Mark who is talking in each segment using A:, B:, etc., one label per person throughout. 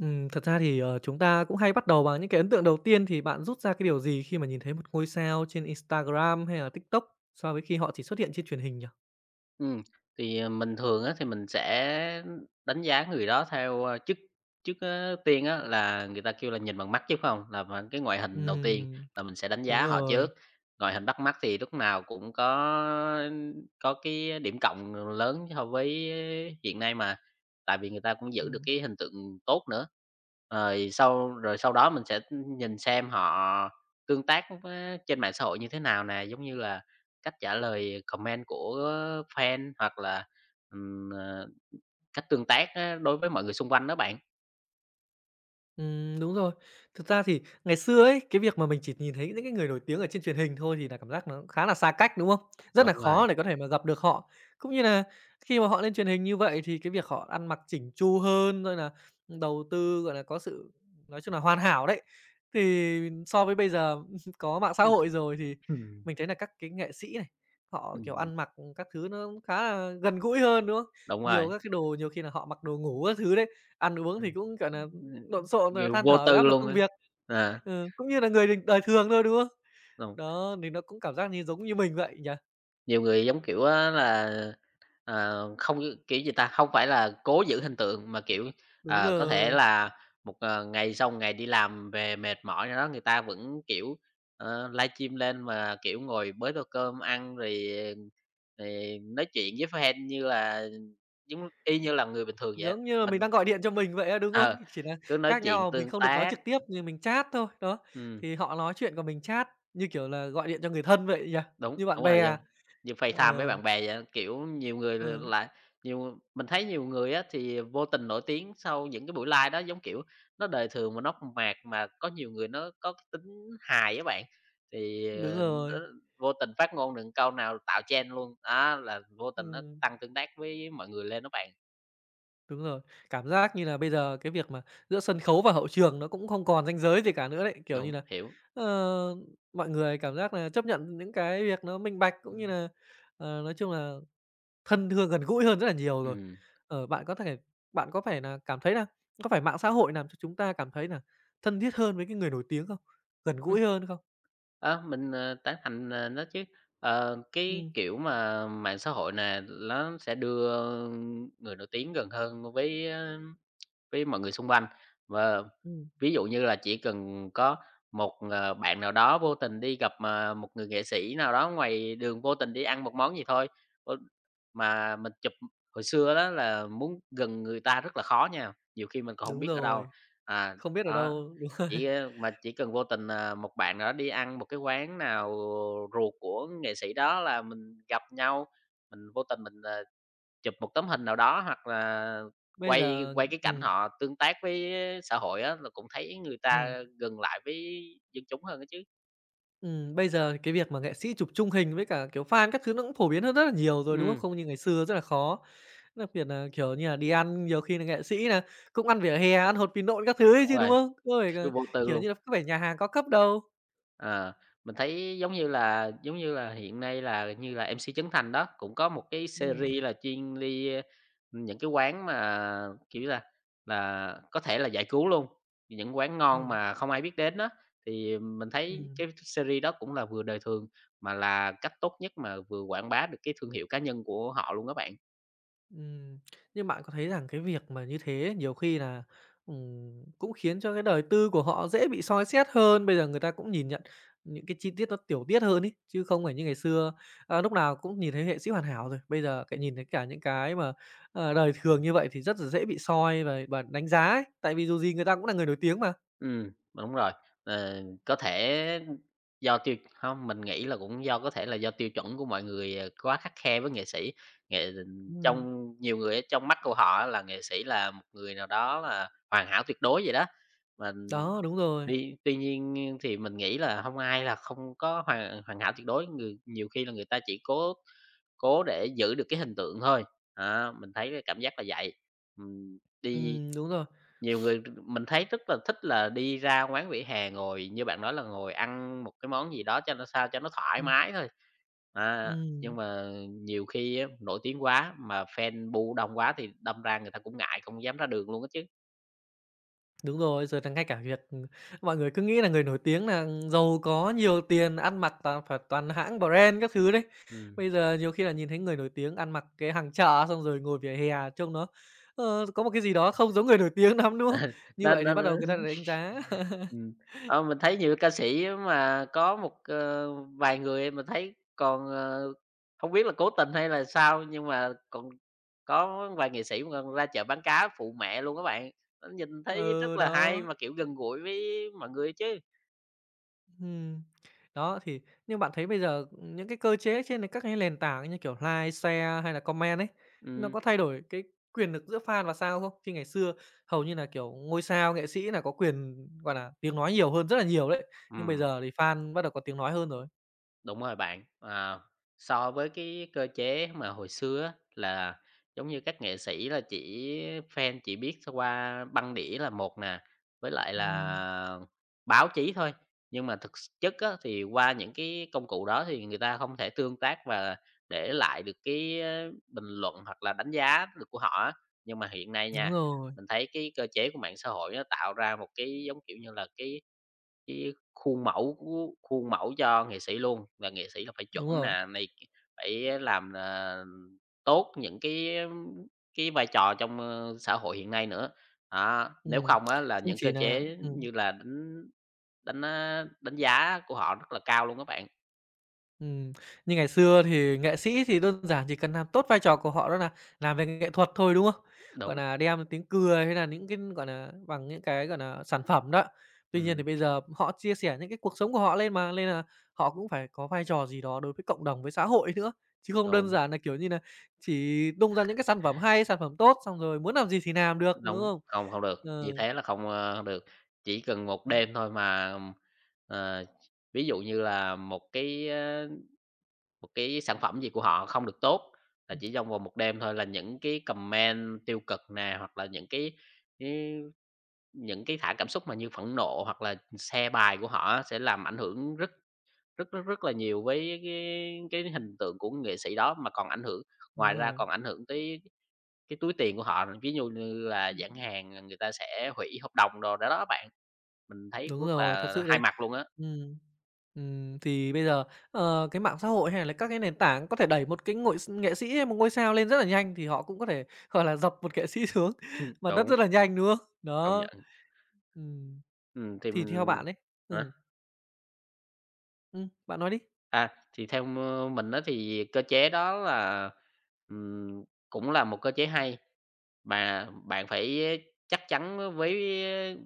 A: Thật ra thì, chúng ta cũng hay bắt đầu bằng những cái ấn tượng đầu tiên, thì bạn rút ra cái điều gì khi mà nhìn thấy một ngôi sao trên Instagram hay là TikTok so với khi họ chỉ xuất hiện trên truyền hình nhỉ?
B: Ừ thì, mình thường á thì mình sẽ đánh giá người đó theo, trước trước á tiên á là người ta kêu là nhìn bằng mắt chứ không, là bằng cái ngoại hình đầu tiên
A: Ừm,
B: là mình sẽ đánh
A: đúng
B: giá họ trước.
A: rồi,
B: Ngoại hình bắt mắt thì lúc nào cũng có cái điểm cộng lớn so với hiện nay mà, tại vì người ta cũng giữ được
A: ừm.
B: cái hình tượng tốt nữa. Rồi sau đó mình sẽ nhìn xem họ tương tác với trên mạng xã hội như thế nào nè, giống như là cách trả lời comment của fan hoặc là, ừm, ờ, cách tương tác á đối với mọi người xung quanh đó bạn.
A: Đúng rồi. Thực ra thì ngày xưa ấy, cái việc mà mình chỉ nhìn thấy những cái người nổi tiếng ở trên truyền hình thôi thì là cảm giác nó khá là xa cách, đúng không? Rất là
B: Đúng rồi.
A: khó để có thể mà gặp được họ. Cũng như là khi mà họ lên truyền hình như vậy thì cái việc họ ăn mặc chỉnh chu hơn, rồi là đầu tư, gọi là, có sự nói chung là hoàn hảo đấy. Thì so với bây giờ có mạng xã hội rồi thì
B: Ừm.
A: mình thấy là các cái nghệ sĩ này, họ, kiểu,
B: Ừm,
A: ăn mặc các thứ nó khá là gần gũi hơn, đúng không?
B: đúng rồi.
A: Nhiều các cái đồ nhiều khi là họ mặc đồ ngủ các thứ đấy, ăn uống thì
B: Ừm.
A: cũng, gọi là,
B: Ừm,
A: lộn xộn rồi
B: Kiểu,
A: than
B: vô
A: thở về
B: tư
A: áp lực
B: luôn
A: công
B: á.
A: việc,
B: À,
A: ừ, cũng như là người đình đời thường thôi, đúng không?
B: đúng,
A: Đó, thì nó cũng cảm giác như giống như mình vậy nhỉ?
B: nhiều người, giống kiểu á là Ờ, không như- kiểu gì ta? Không phải là cố giữ hình tượng mà, kiểu,
A: Đúng
B: có thể
A: rồi,
B: là một, ngày sau một ngày đi làm về mệt mỏi rồi đó, người ta vẫn, kiểu, livestream lên mà, kiểu, ngồi bới tô cơm ăn rồi nói chuyện với fan như là giống y như là người bình thường vậy.
A: giống như là mình đang
B: Mình
A: gọi điện cho mình vậy á, đúng không?
B: ờ,
A: Chỉ là
B: cứ nói
A: khác
B: chuyện
A: nhau là mình
B: tương
A: không được nói
B: tác,
A: trực tiếp nhưng mình chat thôi, đó,
B: ừm.
A: thì họ nói chuyện còn mình chat, như kiểu là, gọi điện cho người thân vậy nhỉ?
B: Đúng,
A: Như bạn
B: đúng rồi, vô
A: bè,
B: như
A: ờ,
B: FaceTime với bạn bè vậy á, kiểu, nhiều người là
A: ừ,
B: là nhiều mình thấy nhiều người á thì vô tình nổi tiếng sau những cái buổi live đó, giống kiểu, nó đời thường mà nó mộc mạc, mà có nhiều người nó có cái tính hài á bạn, thì,
A: đúng
B: nó
A: rồi,
B: vô tình phát ngôn được câu nào tạo trend luôn, đó là vô tình nó
A: ừm.
B: tăng tương tác với mọi người lên đó bạn.
A: Đúng rồi, cảm giác như là bây giờ cái việc mà giữa sân khấu và hậu trường nó cũng không còn ranh giới gì cả nữa đấy. Kiểu như
B: Đúng,
A: là,
B: hiểu.
A: ờ, mọi người cảm giác là chấp nhận những cái việc nó minh bạch,
B: Ừ.
A: cũng như là, nói chung là thân thương gần gũi hơn rất là nhiều rồi.
B: Ừm.
A: Bạn có thể bạn có phải là cảm thấy là có phải mạng xã hội làm cho chúng ta cảm thấy là thân thiết hơn với cái người nổi tiếng không? Gần
B: Ừm.
A: gũi hơn không?
B: Ờ, mình, tán thành, nó chứ. Ờ, cái
A: Ừm,
B: kiểu mà mạng xã hội nè, nó sẽ đưa người nổi tiếng gần hơn với, với mọi người xung quanh. Và
A: ừm,
B: ví dụ như là chỉ cần có một, bạn nào đó vô tình đi gặp, một người nghệ sĩ nào đó ngoài đường, vô tình đi ăn một món gì thôi, ôi, mà mình chụp hồi xưa đó là muốn gần người ta rất là khó nha, nhiều khi mình còn không
A: đúng
B: biết ở đâu.
A: rồi,
B: À,
A: không biết ở
B: đó.
A: đâu đúng rồi.
B: Chỉ, ơ mà chỉ cần vô tình, một bạn nào đó đi ăn một cái quán nào ruột của nghệ sĩ đó là mình gặp nhau, mình vô tình mình, chụp một tấm hình nào đó hoặc là
A: Bây
B: quay
A: giờ
B: quay cái cảnh
A: ừm,
B: họ tương tác với xã hội á, là cũng thấy người
A: ừm.
B: ta gần lại với dân chúng hơn á chứ.
A: Bây giờ cái việc mà nghệ sĩ chụp chung hình với cả, kiểu, fan các thứ nó cũng phổ biến hơn rất là nhiều rồi, đúng không?
B: Ừm.
A: Không như ngày xưa rất là khó. Đặc biệt nà, kiểu như là, đi ăn nhiều khi là nghệ sĩ nà cũng ăn vỉa hè, ăn hột vịt nộm các thứ ấy
B: Đúng
A: chứ, đúng
B: rồi,
A: không? Có phải là,
B: vô tư
A: kiểu
B: luôn.
A: như là, có phải nhà hàng cao cấp đâu.
B: Ờ, mình thấy giống như là hiện nay là như là MC Trấn Thành đó, cũng có một cái
A: Ừm,
B: series là chuyên đi, những cái quán mà, kiểu là, có thể là giải cứu luôn, những quán ngon
A: ừm,
B: mà không ai biết đến đó. Thì mình thấy
A: ừm.
B: cái series đó cũng là vừa đời thường, mà là cách tốt nhất mà vừa quảng bá được cái thương hiệu cá nhân của họ luôn các bạn.
A: Ừm, nhưng bạn có thấy rằng cái việc mà như thế nhiều khi là, cũng khiến cho cái đời tư của họ dễ bị soi xét hơn, bây giờ người ta cũng nhìn nhận những cái chi tiết nó tiểu tiết hơn ấy, chứ không phải như ngày xưa, lúc nào cũng nhìn thấy nghệ sĩ hoàn hảo rồi, bây giờ cái nhìn thấy cả những cái mà, đời thường như vậy thì rất là dễ bị soi và đánh giá ấy, tại vì dù gì người ta cũng là người nổi tiếng mà.
B: Đúng rồi. Ờ, có thể do tiêu không mình nghĩ là cũng do có thể là do tiêu chuẩn của mọi người, quá khắt khe với nghệ sĩ. Nghệ
A: Ừm,
B: Trong nhiều người á, trong mắt của họ á là nghệ sĩ là một người nào đó là hoàn hảo tuyệt đối vậy đó, mà
A: đó,
B: tuy tuy nhiên thì mình nghĩ là không ai là không có hoàn hoàn hảo tuyệt đối, người nhiều khi là người ta chỉ cố cố để giữ được cái hình tượng thôi. Đó, mình thấy cái cảm giác là vậy. Đi
A: đúng rồi,
B: Nhiều người mình thấy rất là thích là đi ra quán vỉa hè ngồi, như bạn nói là ngồi ăn một cái món gì đó cho nó sao cho nó thoải
A: ừm,
B: mái thôi. À, nhưng
A: ừm.
B: mà nhiều khi á, nổi tiếng quá mà fan bu đông quá thì đâm ra người ta cũng ngại, không dám ra đường luôn á chứ.
A: Đúng rồi, giờ là ngay cả việc mọi người cứ nghĩ là người nổi tiếng là giàu có, nhiều tiền, ăn mặc toàn hãng brand các thứ đấy.
B: Ừm.
A: Bây giờ nhiều khi là nhìn thấy người nổi tiếng ăn mặc cái hàng chợ xong rồi ngồi vỉa hè trông nó, có một cái gì đó không giống người nổi tiếng lắm, đúng không? Như
B: Nên
A: vậy thì
B: nên
A: bắt đầu người ta lại đánh giá.
B: Ừm. Ờ, mình thấy nhiều ca sĩ mà có một, vài người mình thấy còn, hông biết là cố tình hay là sao nhưng mà còn có vài nghệ sĩ mà còn ra chợ bán cá phụ mẹ luôn các bạn. Nó nhìn thấy rất
A: Ừ,
B: là hay
A: đó.
B: mà, kiểu, gần gũi với mọi người chứ.
A: Ừm. Đó, thì nhưng bạn thấy bây giờ những cái cơ chế trên các cái nền tảng như kiểu like, share hay là comment ấy, nó
B: Ừm.
A: có thay đổi cái quyền lực giữa fan và sao không? Khi ngày xưa hầu như là, kiểu, ngôi sao, nghệ sĩ là có quyền, gọi là, tiếng nói nhiều hơn rất là nhiều đấy, nhưng bây
B: Ừm.
A: giờ thì fan bắt đầu có tiếng nói hơn rồi.
B: Đúng rồi bạn. À, so với cái cơ chế mà hồi xưa á, là giống như các nghệ sĩ là chỉ fan chỉ biết qua băng đĩa là một nè, với lại là
A: Ừm,
B: báo chí thôi. Nhưng mà thực chất á, thì qua những cái công cụ đó thì người ta không thể tương tác và để lại được cái, bình luận hoặc là đánh giá được của họ á. Nhưng mà hiện nay
A: đúng
B: nha,
A: rồi,
B: mình thấy cái cơ chế của mạng xã hội nó tạo ra một cái, giống kiểu như là, cái khuôn mẫu của khuôn mẫu cho nghệ sĩ luôn, và nghệ sĩ là phải
A: đúng
B: chuẩn
A: rồi.
B: nè, này phải làm, tốt những cái vai trò trong, xã hội hiện nay nữa. Đó, nếu
A: Ừm,
B: không á là
A: không
B: những cơ
A: chỉ là
B: chế như là đánh đánh, á, đánh giá của họ rất là cao luôn các bạn.
A: Ừm, như ngày xưa thì nghệ sĩ thì đơn giản chỉ cần làm tốt vai trò của họ đó là làm về nghệ thuật thôi, đúng không? Gọi
B: Đúng,
A: là đem tiếng cười hay là những cái, gọi là bằng những cái, gọi là sản phẩm đó. Tuy nhiên thì
B: ừm,
A: bây giờ họ chia sẻ những cái cuộc sống của họ lên mà, nên là họ cũng phải có vai trò gì đó đối với cộng đồng, với xã hội nữa, chứ không đơn
B: đúng,
A: giản là kiểu như là chỉ tung ra những cái sản phẩm hay, sản phẩm tốt, xong rồi muốn làm gì thì làm được, đúng
B: đúng,
A: không?
B: không, không được,
A: Ờ,
B: như thế là không, được. Chỉ cần một đêm thôi mà, ờ, ví dụ như là một cái, một cái sản phẩm gì của họ không được tốt, là
A: ừm,
B: chỉ trong vòng một đêm thôi là những cái comment tiêu cực nè, hoặc là cái những cái thả cảm xúc mà như phẫn nộ hoặc là xe bài của họ sẽ làm ảnh hưởng rất rất rất rất là nhiều với cái hình tượng của nghệ sĩ đó, mà còn ảnh hưởng ngoài
A: đúng
B: ra
A: rồi.
B: còn ảnh hưởng tới cái túi tiền của họ, ví dụ như là giãn hàng, à, người ta sẽ hủy hợp đồng đồ đó đó bạn. Mình thấy
A: Đúng
B: rất
A: rồi, thật
B: là
A: sự
B: hai
A: đấy.
B: mặt luôn á.
A: Ừm. Thì bây giờ, cái mạng xã hội hay là các cái nền tảng có thể đẩy một cái ngội s nghệ sĩ hay một ngôi sao lên rất là nhanh, thì họ cũng có thể, gọi là, dập một nghệ sĩ xuống mặt đất
B: Đúng,
A: rất là nhanh, đúng không?
B: công
A: Đó.
B: nhận.
A: Ừm,
B: Thì
A: thì theo
B: mình
A: bạn ấy
B: ờ.
A: ừm, bạn nói đi.
B: À, thì theo mình á thì cơ chế đó là, ừm, cũng là một cơ chế hay, mà bạn phải chắc chắn với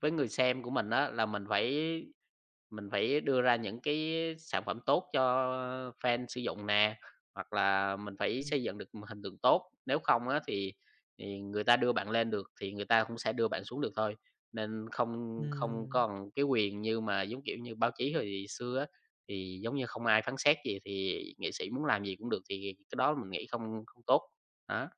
B: người xem của mình đó là mình phải đưa ra những cái sản phẩm tốt cho fan sử dụng nè, hoặc là mình phải
A: Ừm,
B: xây dựng được một hình tượng tốt, nếu không á thì người ta đưa bạn lên được thì người ta cũng sẽ đưa bạn xuống được thôi. Nên không không
A: ừm.
B: còn cái quyền như mà, giống kiểu như, báo chí hồi xưa á, thì giống như không ai phán xét gì thì nghệ sĩ muốn làm gì cũng được, thì cái đó mình nghĩ không không tốt. Đó,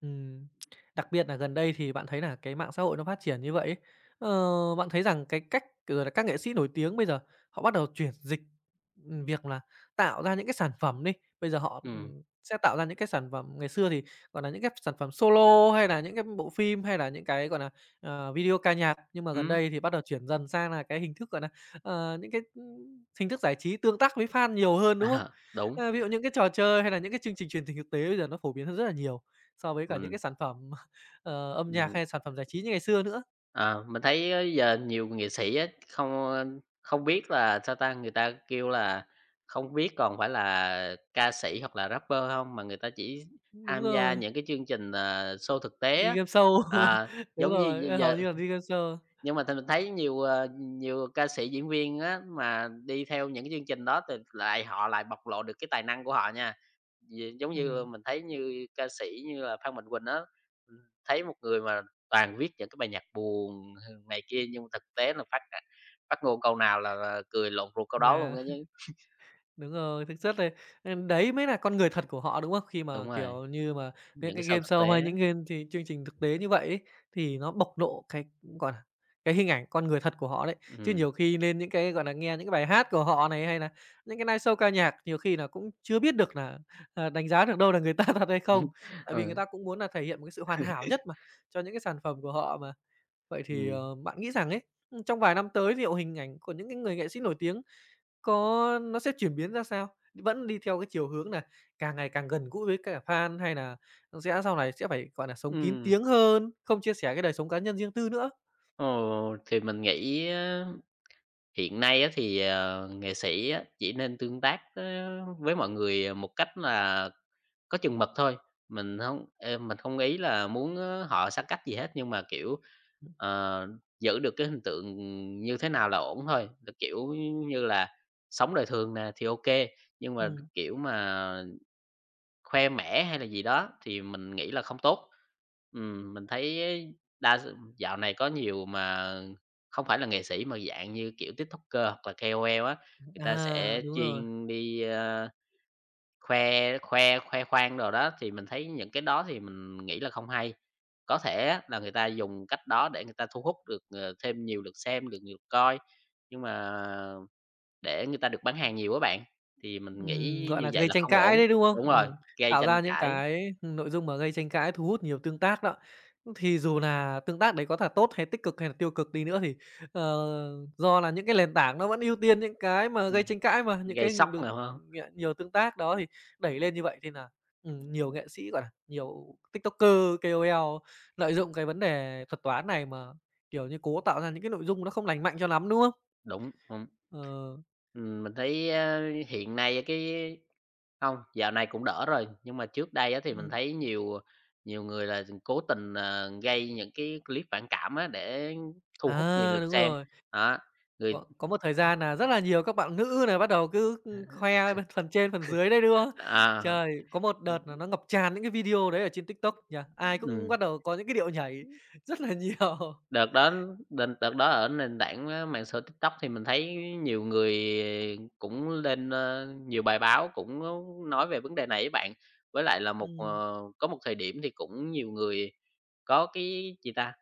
A: Ừm, đặc biệt là gần đây thì bạn thấy là cái mạng xã hội nó phát triển như vậy ấy, ờ, bạn thấy rằng cái cách rồi là các nghệ sĩ nổi tiếng bây giờ họ bắt đầu chuyển dịch, việc là tạo ra những cái sản phẩm đi, bây giờ họ,
B: ừm,
A: sẽ tạo ra những cái sản phẩm ngày xưa thì, gọi là, những cái sản phẩm solo hay là những cái bộ phim, hay là những cái, gọi là video ca nhạc, nhưng mà gần
B: ừm,
A: đây thì bắt đầu chuyển dần sang là cái hình thức, gọi là những cái, hình thức giải trí tương tác với fan nhiều hơn, đúng không?
B: ờ, đúng,
A: Ờ, ví dụ những cái trò chơi hay là những cái chương trình truyền hình thực tế bây giờ nó phổ biến hơn rất là nhiều. So với cả những
B: mình,
A: cái sản phẩm, ờ, âm nhạc hay sản phẩm giải trí như ngày xưa nữa.
B: Ờ, mình thấy á giờ nhiều nghệ sĩ á, không, không biết là, sao ta, người ta kêu là không biết còn phải là ca sĩ hoặc là rapper không mà người ta chỉ
A: Đúng
B: tham gia
A: rồi,
B: những cái chương trình, show thực tế
A: đi
B: á.
A: game show.
B: À,
A: Đúng
B: giống như
A: rồi, hầu
B: giờ
A: như là đi game show.
B: nhưng mà thì mình thấy nhiều ca sĩ, diễn viên á mà đi theo những cái chương trình đó thì lại họ lại bộc lộ được cái tài năng của họ nha. Vì giống như
A: Ừm.
B: mình thấy như ca sĩ như là Phan Mạnh Quỳnh á, ừm, thấy một người mà toàn viết những cái bài nhạc buồn h này kia nhưng thực tế là phát ngôn câu nào là cười lộn ruột câu đó luôn
A: Là
B: á chứ.
A: đúng rồi, thực chất là, đấy mới là con người thật của họ, đúng không? Khi
B: Đúng
A: mà,
B: rồi,
A: kiểu như mà, những
B: những cái
A: cái
B: show
A: game
B: thực tế
A: show hay
B: á.
A: những game thì chương trình thực tế như vậy ấy, thì nó bộc lộ cái, gọi là, cái hình ảnh con người thật của họ đấy. Chứ
B: Ừm.
A: nhiều khi lên những cái, gọi là, nghe những cái bài hát của họ này, hay là những cái live show ca nhạc nhiều khi là cũng chưa biết được là, à, đánh giá được đâu là người ta thật hay không. Tại vì người
B: Ừ,
A: ta cũng muốn là thể hiện một cái sự hoàn hảo nhất mà, cho những cái sản phẩm của họ mà. Vậy thì,
B: ừm.
A: bạn nghĩ rằng ấy, trong vài năm tới liệu hình ảnh của những cái người nghệ sĩ nổi tiếng có nó sẽ chuyển biến ra sao? Vẫn đi theo cái chiều hướng là càng ngày càng gần gũi với cả fan hay là sẽ sau này sẽ phải, gọi là sống kín
B: Ừm,
A: tiếng hơn, không chia sẻ cái đời sống cá nhân riêng tư nữa?
B: thì mình nghĩ hiện nay á thì, nghệ sĩ á chỉ nên tương tác á với mọi người một cách là có chừng mực thôi, mình không ý là muốn, họ xa cách gì hết, nhưng mà, kiểu, ờ, giữ được cái hình tượng như thế nào là ổn thôi. Là, kiểu như là, sống đời thường nè thì ok nhưng mà,
A: Ừm.
B: kiểu mà, khoe mẽ hay là gì đó thì mình nghĩ là không tốt. Mình thấy ấy đa s dạo này có nhiều mà không phải là nghệ sĩ mà dạng như, kiểu, TikToker hoặc là KOL á, người ta
A: À,
B: sẽ
A: đúng rồi.
B: chuyên đi, khoe khoe khoe khoang đồ đó, thì mình thấy những cái đó thì mình nghĩ là không hay. Có thể á là người ta dùng cách đó để người ta thu hút được, thêm nhiều lượt xem, được nhiều lượt coi, nhưng mà để người ta được bán hàng nhiều á bạn, thì mình nghĩ
A: Gọi
B: như
A: là,
B: vậy
A: gây
B: là
A: tranh
B: không
A: cãi
B: ổn.
A: đấy, đúng không?
B: Đúng rồi, gây
A: Tạo
B: tranh
A: ra những
B: cãi.
A: cái, nội dung mà gây tranh cãi, thu hút nhiều tương tác đó. Thì dù là tương tác đấy có là tốt hay tích cực hay là tiêu cực đi nữa thì, ờ, do là những cái nền tảng nó vẫn ưu tiên những cái mà
B: Ừm,
A: gây tranh cãi mà, những
B: gây
A: cái
B: sốc
A: được
B: nào hơn.
A: nhiều tương tác đó thì đẩy lên như vậy thì là, nhiều nghệ sĩ, gọi là, nhiều TikToker, ca o KOL lợi dụng cái vấn đề thuật toán này mà, kiểu như, cố tạo ra những cái nội dung nó không lành mạnh cho lắm, đúng không?
B: Đúng.
A: Ờ,
B: Mình thấy, hiện nay á cái hông, dạo này cũng đỡ rồi, nhưng mà trước đây á thì mình
A: ừm,
B: thấy nhiều nhiều người là cố tình, gây những cái clip phản cảm á để thu hút nhiều
A: à,
B: lượt
A: đúng
B: xem,
A: rồi.
B: đó, người
A: Có một thời gian là rất là nhiều các bạn nữ này bắt đầu cứ, khoe bên phần trên, phần dưới đấy, đúng không?
B: à,
A: Trời, có một đợt là nó ngập tràn những cái video đấy ở trên TikTok nhỉ? Ai cũng
B: ừm.
A: bắt đầu có những cái điệu nhảy rất là nhiều.
B: Đợt đó đợt đó ở nền tảng, mạng xã hội TikTok thì mình thấy nhiều người cũng lên, nhiều bài báo cũng nói về vấn đề này với bạn. Với lại là một
A: Ừm,
B: có một thời điểm thì cũng nhiều người có cái gì ta,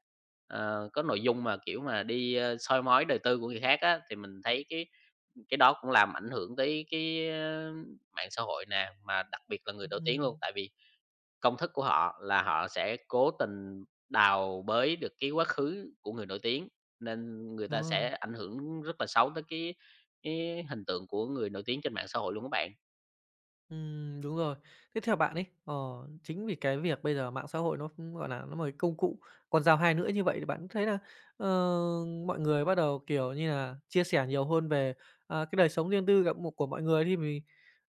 B: có nội dung mà, kiểu, mà đi, soi mói đời tư của người khác á, thì mình thấy cái đó cũng làm ảnh hưởng tới cái, mạng xã hội nè, mà đặc biệt là người nổi tiếng luôn.
A: ừm,
B: Tại vì công thức của họ là họ sẽ cố tình đào bới được cái quá khứ của người nổi tiếng, nên người
A: đúng
B: ta
A: rồi.
B: sẽ ảnh hưởng rất là xấu tới cái hình tượng của người nổi tiếng trên mạng xã hội luôn các bạn.
A: Đúng rồi. Thế theo bạn ấy, chính vì cái việc bây giờ mạng xã hội nó, gọi là, nó một cái công cụ, con dao hai lưỡi như vậy thì bạn cũng thấy là, ờ, mọi người bắt đầu, kiểu như là, chia sẻ nhiều hơn về, à, cái đời sống riêng tư gặp một của mọi người thì mình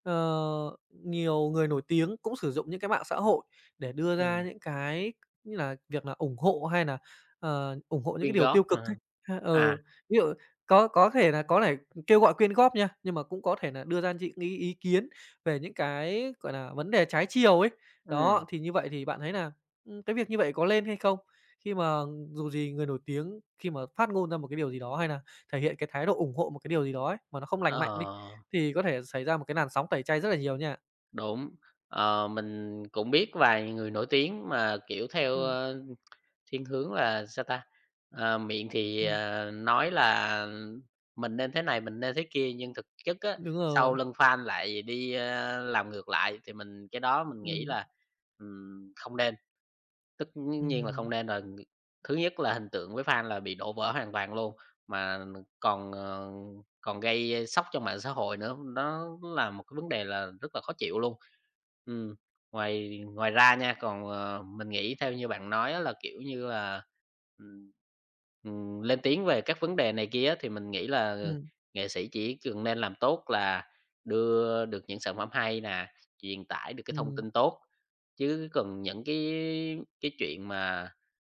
A: nhiều người nổi tiếng cũng sử dụng những cái mạng xã hội để đưa ra
B: Ừm.
A: những cái như là việc là ủng hộ hay là, ủng hộ những cái
B: Quyên
A: điều
B: góp,
A: tiêu cực ấy. Ha,
B: à,
A: ừ, ví dụ có thể là có thể kêu gọi quyên góp nha, nhưng mà cũng có thể là đưa ra những ý ý kiến về những cái, gọi là, vấn đề trái chiều ấy.
B: Ừm.
A: Đó, thì như vậy thì bạn thấy là, cái việc như vậy có lên hay không? Khi mà dù gì người nổi tiếng khi mà phát ngôn ra một cái điều gì đó hay là thể hiện cái thái độ ủng hộ một cái điều gì đó ấy, mà nó không lành
B: ờ,
A: mạnh đi, thì có thể xảy ra một cái làn sóng tẩy chay rất là nhiều nha.
B: Đúng, mình cũng biết vài người nổi tiếng mà, kiểu, theo,
A: Ừm,
B: thiên hướng là sao ta? Ờ, miệng thì,
A: ừm,
B: nói là mình nên thế này, mình nên thế kia, nhưng thực chất á,
A: đúng
B: sau
A: rồi.
B: lưng fan lại đi, làm ngược lại thì mình cái đó mình nghĩ
A: Ừm,
B: là, không nên. Tất nhiên là không
A: ừm,
B: nên rồi. Thứ nhất là hình tượng với fan là bị đổ vỡ hoàn toàn luôn, mà còn, ờ, còn gây sốc cho mạng xã hội nữa, nó là một cái vấn đề là rất là khó chịu luôn. Ừm, ngoài ngoài ra nha, còn, mình nghĩ theo như bạn nói á là, kiểu như là, ừm lên tiếng về các vấn đề này kia thì mình nghĩ là
A: ừm,
B: nghệ sĩ chỉ cần nên làm tốt là đưa được những sản phẩm hay nè, truyền tải được cái thông
A: ừm,
B: tin tốt, chứ còn những cái chuyện mà,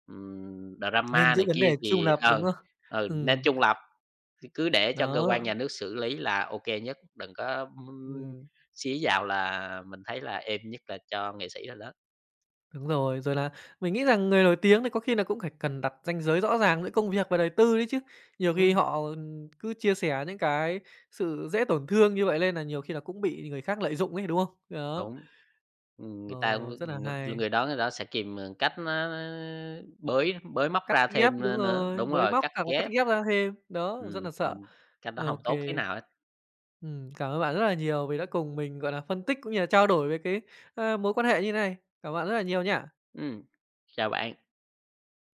A: nên
B: drama
A: giữ
B: này
A: vấn
B: kia
A: đề trung
B: thì
A: lập, đúng
B: ừ,
A: không?
B: ừ, nên
A: Ừm,
B: trung lập, thì cứ để cho cơ quan nhà
A: đó,
B: nước xử lý là ok nhất, đừng có,
A: ừm.
B: xía vào là mình thấy là êm nhất là cho nghệ sĩ rồi đó.
A: Đúng rồi, rồi là mình nghĩ rằng người nổi tiếng thì có khi là cũng phải cần đặt ranh giới rõ ràng giữa công việc và đời tư đấy chứ. Nhiều khi
B: Ừm.
A: họ, cứ chia sẻ những cái sự dễ tổn thương như vậy lên là nhiều khi là cũng bị người khác lợi dụng ấy, đúng không? Đó,
B: Đúng. Người
A: ờ,
B: ta
A: rất
B: cũng
A: là
B: người
A: hay.
B: người đó sẽ kìm, cách nó bới bới móc
A: Cắt
B: ra
A: ghép,
B: thêm
A: đúng
B: nữa.
A: rồi,
B: Đúng
A: bới
B: rồi,
A: móc
B: cắt
A: hoặc là cắt
B: ghép.
A: ghép ra thêm, đó, rất là sợ.
B: Mình cách đó không
A: Ok,
B: tốt thế nào hết.
A: cảm ơn bạn rất là nhiều vì đã cùng mình, gọi là, phân tích cũng như là trao đổi về cái, a, mối quan hệ như này. Cảm ơn bạn rất là nhiều nha.
B: Ừm, chào bạn.